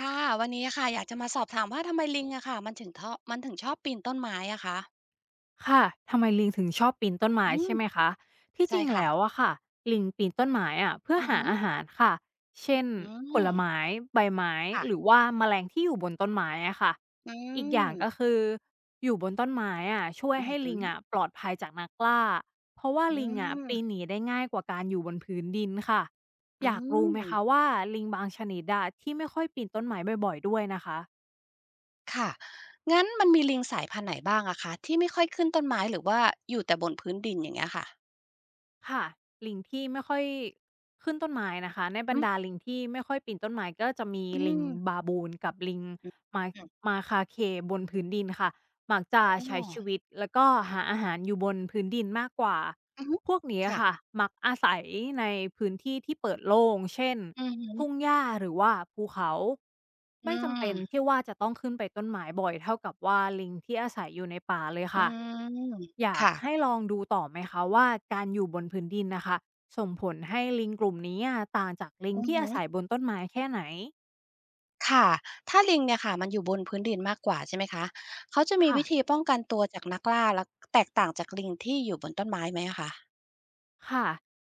ค่ะวันนี้อค่ะอยากจะมาสอบถามว่าทำไมลิงอะค่ะมันถึงมันถึงชอบปีนต้นไม้อะคะค่ะทำไมลิงถึงชอบปีนต้นไม้อืมใช่ไหมคะที่จใช่ริงค่ะแล้วอะค่ะลิงปีนต้นไม้อะเพื่ออือหาหืออาหารค่ะเช่นอืผมลไม้ใบไม้หรือค่ะว่าแมลงที่อยู่บนต้นไม้อะค่ะอือีกอย่ามงก็คืออยู่บนต้นไม้อะช่วยอือให้หืลิองอะปลอดภัยจากนักล่าเพราะว่าอืลิงอะมปีนหนีได้ง่ายกว่าการอยู่บนพื้นดินค่ะ อือยากรู้ไหมคะมว่าลิงบางชนิดอะที่ไม่ค่อยปีนต้นไม้บ่อยๆด้วยนะคะ ค่ะงั้นมันมีลิงสายพันธุ์ไหนบ้างอะคะที่ไม่ค่อยขึ้นต้นไม้หรือว่าอยู่แต่บนพื้นดินอย่างเงี้ยค่ะค่ะลิงที่ไม่ค่อยขึ้นต้นไม้นะคะในบรอืรมดาลิงที่ไม่ค่อยปีนต้นไม้ก็จะมีอืลิงมบาบูนกับลิงอืมมาอืมมาคาเคบนพื้นดินค่ะมักโอ๋จะอใช้ชีวิตแล้วก็หาอาหารอยู่บนพื้นดินมากกว่า อหือพวกนี้ค่ะค่ะมักอาศัยในพื้นที่ที่เปิดโล่งเช่นอือหือทุ่งหญ้าหรือว่าภูเขาอืไม่จำมเป็นที่ว่าจะต้องขึ้นไปต้นไม้บ่อยเท่ากับว่าลิงที่อาศัยอยู่ในป่าเลยอืค่ะมอยากค่ะให้ลองดูต่อไหมคะว่าการอยู่บนพื้นดินนะคะส่งผลให้ลิงกลุ่มนี้อะต่างจากลิงอือที่ฮึ อาศัยบนต้นไม้แค่ไหนค่ะถ้าลิงเนี่ยค่ะมันอยู่บนพื้นดินมากกว่าใช่ไหมคะเขาจะมีค่ะ วิธีป้องกันตัวจากนักล่าและแตกต่างจากลิงที่อยู่บนต้นไม้ไหมอะคะค่ะ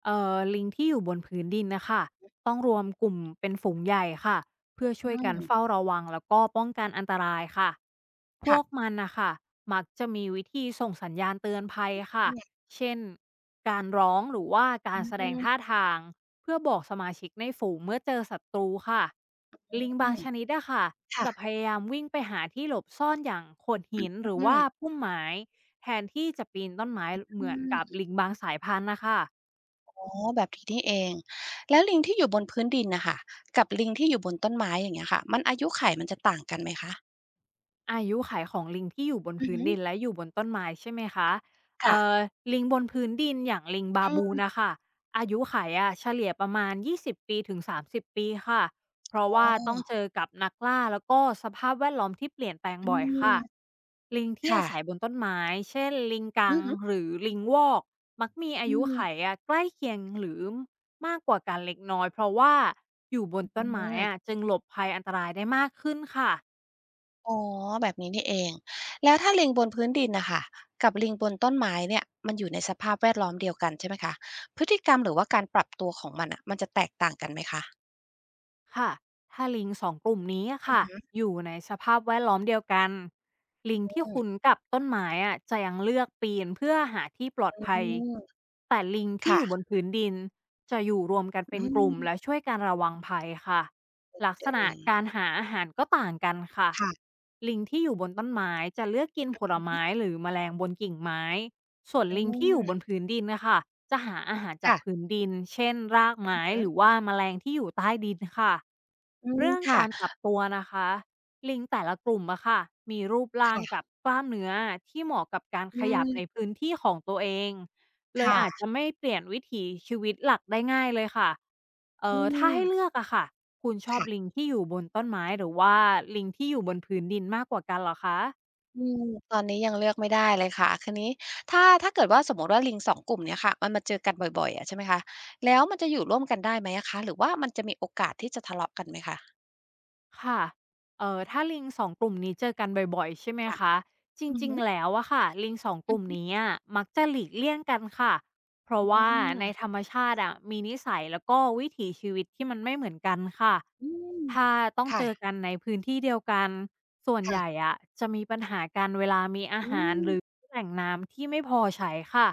ลิงที่อยู่บนพื้นดินนะคะต้องรวมกลุ่มเป็นฝูงใหญ่ค่ะเพื่ออืช่วยกันมเฝ้าระวังแล้วก็ป้องกันอันตรายค่ะพวกค่ะมันนะคะมักจะมีวิธีส่งสัญญาณเตือนภัยค่ะเช่นการร้องหรือว่ากาอืรมแสอืดงมท่าทางเพื่อบอกสมาชิกในฝูงเมื่อเจอศัตรูค่ะลิงอืบางมชนิดอะค่ะค่ะจะพยายามวิ่งไปหาที่หลบซ่อนอย่างโขดหินหรืออืว่ามพุ่มไม้ แทนที่จะปีนต้นไม้เหอืมือนกับมลิงบางสายพันธุ์นะคะ อ๋อแบบนี้นี่เองแล้วลิงที่อยู่บนพื้นดินนะคะกับลิงที่อยู่บนต้นไม้อย่างเงี้ยค่ะมันอายุไขมันจะต่างกันไหมคะอายุขัยของลิงที่อยู่บนอือพื้นดินฮึและอยู่บนต้นไม้ใช่ไหมคะค่ะเอ่อลิงบนพื้นดินอย่างลิงบาอืบูนมนะคะอายุขัยอะเฉลี่ยประมาณ20ปีถึง30ปีค่ะเพอ๋ราะว่าอต้องเจอกับนักล่าแล้วก็สภาพแวดล้อมที่เปลี่ยนแปลงอืบ่อยค่ะมลิงที่อาค่ะศัยบนต้นไม้เช่นลิงกัอืงอฮึหรือลิงวอกมักมีอาอืยุมขัยอะใกล้เคียงหรือมากกว่ากันเล็กน้อยเพราะว่าอยู่บอนต้ืนไม้อะม จึงหลบภัยอันตรายได้มากขึ้นค่ะ อ๋อแบบนี้นี่เองแล้วถ้าลิงบนพื้นดินน่ะค่ะกับลิงบนต้นไม้เนี่ยมันอยู่ในสภาพแวดล้อมเดียวกันใช่ไหมคะพฤติกรรมหรือว่าการปรับตัวของมันน่ะมันจะแตกต่างกันไหมคะค่ะถ้าลิงสองกลุ่มนี้อะอือค่ะฮึอยู่ในสภาพแวดล้อมเดียวกันลิงที่อืมคุ้นกับต้นไม้อะจะยังเลือกปีนเพื่อหาที่ปลอดภัยแต่ลิงที่อค่ะยู่บนพื้นดินจะอยู่รวมกันอืเป็นกลุ่มและมช่วยการระวังภัยค่ะลักษเดิณะมการหาอาหารก็ต่างกันค่ะค่ะลิงที่อยู่บนต้นไม้จะเลือกกินผลไม้หรือแมลงบนกิ่งไม้ ส่วนอืลิงที่อยู่บนมพื้นดินนะค่ะจะหาอาหารจากค่ะพื้นดินเช่นรากอือไม้ฮึหรือว่าแมลงที่อยู่ใต้ดินค่ะอืมเรื่องค่ะการปรับตัวนะคะลิงแต่ละกลุ่มอะค่ะมีรูปร่างกับค่ะกล้ามเนื้อที่เหมาะกับการอืขยับในมพื้นที่ของตัวเองเลยอาจจะค่ะไม่เปลี่ยนวิถีชีวิตหลักได้ง่ายเลยค่ะอืถ้ามให้เลือกอะค่ะคุณชอบลิงค่ะ ที่อยู่บนต้นไม้หรือว่าลิงที่อยู่บนพื้นดินมากกว่ากันเหรอคะ อืมตอนนี้ยังเลือกไม่ได้เลยค่ะคราวนี้ถ้าเกิดว่าสมมุติว่าลิงสองกลุ่มเนี้ยค่ะมันมาเจอกันบ่อยๆอะใช่ไหมคะแล้วมันจะอยู่ร่วมกันได้ไหมอะคะหรือว่ามันจะมีโอกาสที่จะทะเลาะกันไหมคะค่ะถ้าลิงสองกลุ่มนี้เจอกันบ่อยๆ ใช่ไหมค่ะคะ จอือริงฮึๆ แล้วอะค่ะลิงสองกอือลุ่มฮึนี้อะมักจะหลีกเลี่ยงกันค่ะเพราะอืว่ามในธรรมชาติอะมีนิสัยแล้วก็วิถีชีวิตที่มันไม่เหมือนกันค่ะอืมถ้าต้องค่ะเจอกันในพื้นที่เดียวกัน ส่วนใหญ่ค่ะอะจะมีปัญหา อาอืหารมหรือแหล่งน้ำที่ไม่พอใช้ค่ะ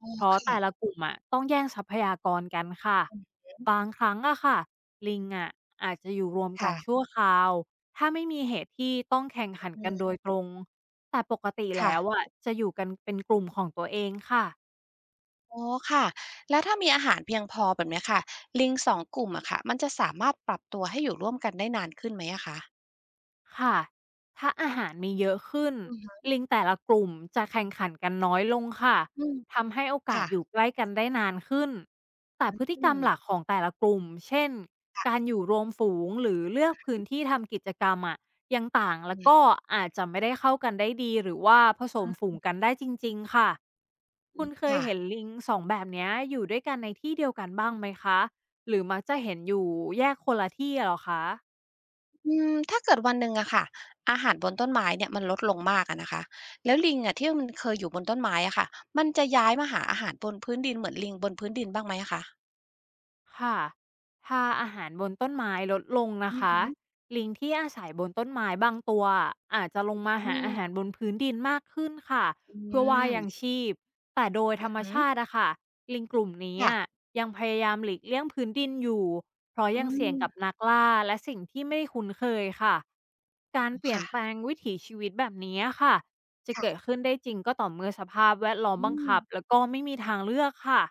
อ๋อเพราะค่ะแต่ละกลุ่มอะต้องแย่งทรัพยากรกันค่ะ อืมบางครั้งอะค่ะลิงอะอาจจะอยู่รวมกัค่ะนชั่วคราว ถ้าไม่มีเหตุที่ต้องแข่งขันอืกันโดมยตรง แต่ปกติค่ะแล้วอะจะอยู่กันเป็นกลุ่มของตัวเองค่ะ อ๋อค่ะแล้วถ้ามีอาหารเพียงพอแบบเนี้ยค่ะลิง2กลุ่มอะค่ะมันจะสามารถปรับตัวให้อยู่ร่วมกันได้นานขึ้นไหมอะคะค่ะถ้าอาหารมีเยอะขึ้นอือฮึลิงแต่ละกลุ่มจะแข่งขันกันน้อยลงค่ะอืมทำให้โอกาค่ะสอยู่ใกล้กันได้นานขึ้นแต่พฤติอืกรรมหลัมกของแต่ละกลุ่มเช่นการอยู่รวมฝูงหรือเลือกพื้นที่ทำกิจกรรมอะยังต่างอือแล้วฮึก็อาจจะไม่ได้เข้ากันได้ดีหรือว่าผสมฝูงกันได้จริงๆค่ะคุณเคยค่ะ เห็นลิงสองแบบเนี้ยอยู่ด้วยกันในที่เดียวกันบ้างไหมคะหรือมักจะเห็นอยู่แยกคนละที่อะเหรอคะ อืมถ้าเกิดวันหนึ่งอะค่ะอาหารบนต้นไม้เนี่ยมันลดลงมากอะนะคะแล้วลิงอะที่มันเคยอยู่บนต้นไม้อะค่ะมันจะย้ายมาหาอาหารบนพื้นดินเหมือนลิงบนพื้นดินบ้างไหมอะคะค่ะถ้าอาหารบนต้นไม้ลดลงนะอือคะ ฮึลิงที่อาศัยบนต้นไม้บางตัวอาจจะลงมาอืหาอาหามรบนพื้นดินมากขึ้นค่ะ อืเพื่อว่ายังมชีพแต่โดยอืธรอรมฮึชาติอะค่ะลิงกลุ่มนี้ค่ะอะยังพยายามหลีกเลี่ยงพื้นดินอยู่เพราะอืยังเสี่ยงกับมนักล่าและสิ่งที่ไม่คุ้นเคยค่ะการเปลี่ยนค่ะแปลงวิถีชีวิตแบบนี้ค่ะ จะเกิดค่ะขึ้นได้จริงก็ต่อเมื่อสภาพแวดล้อมอืบังมคับแล้วก็ไม่มีทางเลือกค่ะ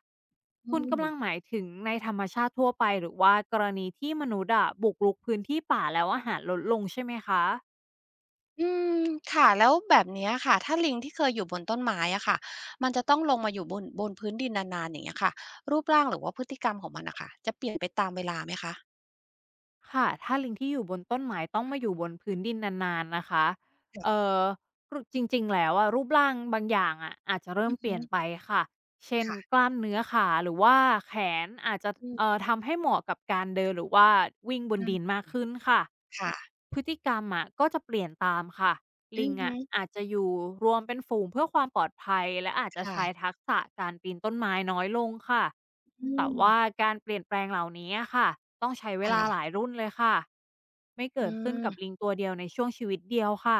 อืคุณมกำลังหมายถึงในธรรมชาติทั่วไปหรือว่ากรณีที่มนุษย์อะบุกรุกพื้นที่ป่าแล้วอาหารลดลงใช่ไหมคะอืมค่ะแล้วแบบเนี้ยค่ะถ้าลิงที่เคยอยู่บนต้นไม้อะค่ะมันจะต้องลงมาอยู่บนพื้นดินนานๆอย่างเงี้ยค่ะรูปร่างหรือว่าพฤติกรรมของมันน่ะค่ะจะเปลี่ยนไปตามเวลาไหมคะค่ะถ้าลิงที่อยู่บนต้นไม้ต้องมาอยู่บนพื้นดินนานๆนะคะค่ะเอ่อรุจริงๆแล้วอะรูปร่างบางอย่างอะอาจจะเริ่อืมอเปฮึลี่ยนไปค่ะเช่นกค่ะล้ามเนื้อขาหรือว่าแขนอาจจะอืม ทำให้เหมาะกับการเดินหรือว่าวิ่งบนดินมากขึ้นค่ะ ค่ะพฤติกรรมอะก็จะเปลี่ยนตามค่ะอืลิองฮึอะอาจจะอยู่รวมเป็นฝูงเพื่อความปลอดภัยและอาจจะใช้ค่ะทักษะการปีนต้นไม้น้อยลงค่ะอืแต่มว่าการเปลี่ยนแปลงเหล่านี้อะค่ะต้องใช้เวลาหค่ะลายรุ่นเลยค่ะไม่อืเกิดขึ้นมกับลิงตัวเดียวในช่วงชีวิตเดียวค่ะ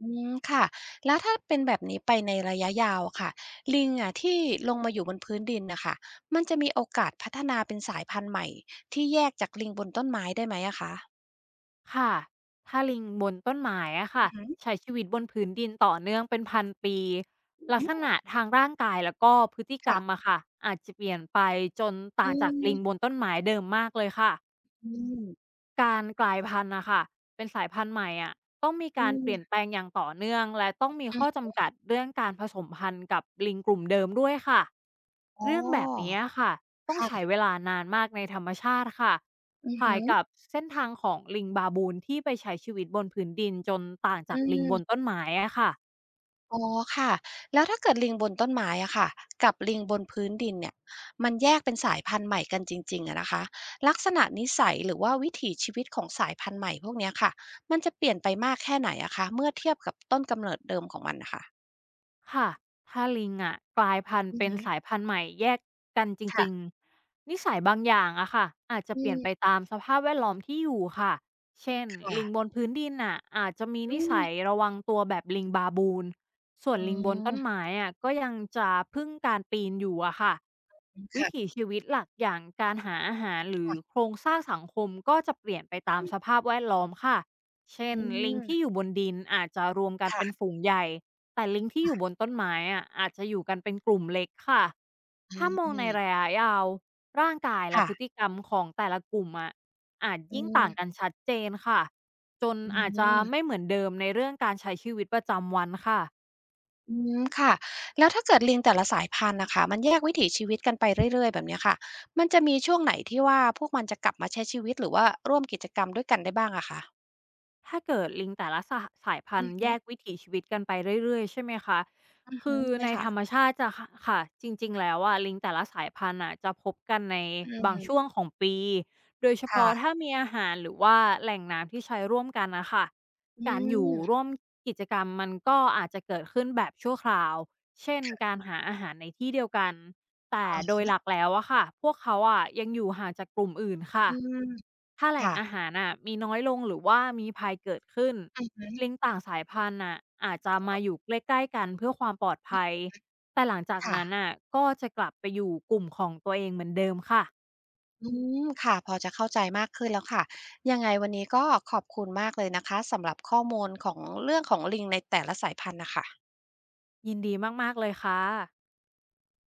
อืมค่ะแล้วถ้าเป็นแบบนี้ไปในระยะยาวอะค่ะลิงอะที่ลงมาอยู่บนพื้นดินน่ะค่ะมันจะมีโอกาสพัฒนาเป็นสายพันธุ์ใหม่ที่แยกจากลิงบนต้นไม้ได้ไหมอะคะค่ะถ้าลิงบนต้นไม้อะอืค่ะอฮึใช้ชีวิตบนพื้นดินต่อเนื่องเป็นพันปีลัอ๋กษอณะทางร่างกายแล้วก็พฤติกรรมค่ะอะค่ะอาจจะเปลี่ยนไปจนอืต่างจากลิงบมนต้นไม้เดิมมากเลยค่ะ อืมการกลายพันธุ์นะคะเป็นสายพันธุ์ใหม่อะต้องมีอืการเปลี่ยนมแปลงอย่างต่อเนื่องและต้องมีอืข้ออจำกัดเรื่องการผสมพันธุ์กับลิงกลุ่มเดิมด้วยค่ะอ๋อเรื่องแบบนี้ค่ะต้องใช้ค่ะเวลานานมากในธรรมชาติค่ะอือคล้าฮึยกับเส้นทางของลิงบาบูนที่ไปใช้ชีวิตบนพื้นดินจนต่างอืจากลิงบนม ต้นไม้อะค่ะ อ๋อค่ะแล้วถ้าเกิดลิงบนต้นไม้อะค่ะกับลิงบนพื้นดินเนี่ยมันแยกเป็นสายพันธุ์ใหม่กันจริงๆอะนะคะลักษณะนิสัยหรือว่าวิถีชีวิตของสายพันธุ์ใหม่พวกเนี้ยค่ะมันจะเปลี่ยนไปมากแค่ไหนอะคะเมื่อเทียบกับต้นกำเนิดเดิมของมันนะค่ะค่ะถ้าลิงอะกลายพันธุ์อือเป็นฮึสายพันธุ์ใหม่แยกกันจริงค่ะๆนิสัยบางอย่างอะค่ะอาจจะอืเปลี่ยนไปมตามสภาพแวดล้อมที่อยู่ค่ะเช่นค่ะลิงบนพื้นดินน่ะอาจจะมีอืนิมสัยระวังตัวแบบลิงบาบูนส่วนอืลิงบนต้นมไม้อะก็ยังจะพึ่งการปีนอยู่อะค่ะวิถีค่ะชีวิตหลักอย่างการหาอาหารหรือค่ะโครงสร้างสังคมก็จะเปลี่ยนไปตามสภาพแวดล้อมค่ะเช่อืนลิงมที่อยู่บนดินอาจจะรวมกันเป็นค่ะฝูงใหญ่ แต่ลิงที่อยู่บนต้นไม้อะอาจจะอยู่กันเป็นกลุ่มเล็กค่ะ อืถ้ามองในมระยะยาวร่างกายและค่ะพฤติกรรมของแต่ละกลุ่มอะอาจอืยิ่งมต่างกันชัดเจนค่ะจนอือาจจะไม่ม เหมือนเดิมในเรื่องการใช้ชีวิตประจำวันค่ะ อืมค่ะแล้วถ้าเกิดลิงแต่ละสายพันธุ์นะคะมันแยกวิถีชีวิตกันไปเรื่อยๆแบบเนี้ยค่ะมันจะมีช่วงไหนที่ว่าพวกมันจะกลับมาใช้ชีวิตหรือว่าร่วมกิจกรรมด้วยกันได้บ้างอะคะถ้าเกิดลิงแต่ละสหสายพัอืนอธุ์แยฮึกวิถีชีวิตกันไปเรื่อยๆใช่ไหมคะ อือฮึคือใช่ในค่ะธรรมชาติจะค่ะคะจริงๆแล้วอะลิงแต่ละสายพันธุ์อ่ะจะพบกันในอืบางช่วมงของปี โดยเฉพาะค่ะถ้ามีอาหารหรือว่าแหล่งน้ำที่ใช้ร่วมกันนะคะอืการอยู่มร่วมกิจกรรมมันก็อาจจะเกิดขึ้นแบบชั่วคราว เช่นการหาอาหารในที่เดียวกันแต่อ๋อโดยหลักแล้วอะค่ะพวกเขาอะยังอยู่ห่างจากกลุ่มอื่นค่ะ อืมถ้าแหล่งค่ะอาหารน่ะมีน้อยลงหรือว่ามีภัยเกิดขึ้นอือฮึลิงต่างสายพันธุ์น่ะอาจจะมาอยู่ใกล้ๆกันเพื่อความปลอดภัยอือแต่หลังจากค่ะนั้นน่ะก็จะกลับไปอยู่กลุ่มของตัวเองเหมือนเดิมค่ะอืมค่ะพอจะเข้าใจมากขึ้นแล้วค่ะยังไงวันนี้ก็ขอบคุณมากเลยนะคะสำหรับข้อมูลของเรื่องของลิงในแต่ละสายพันธุ์น่ะค่ะยินดีมากๆเลยค่ะ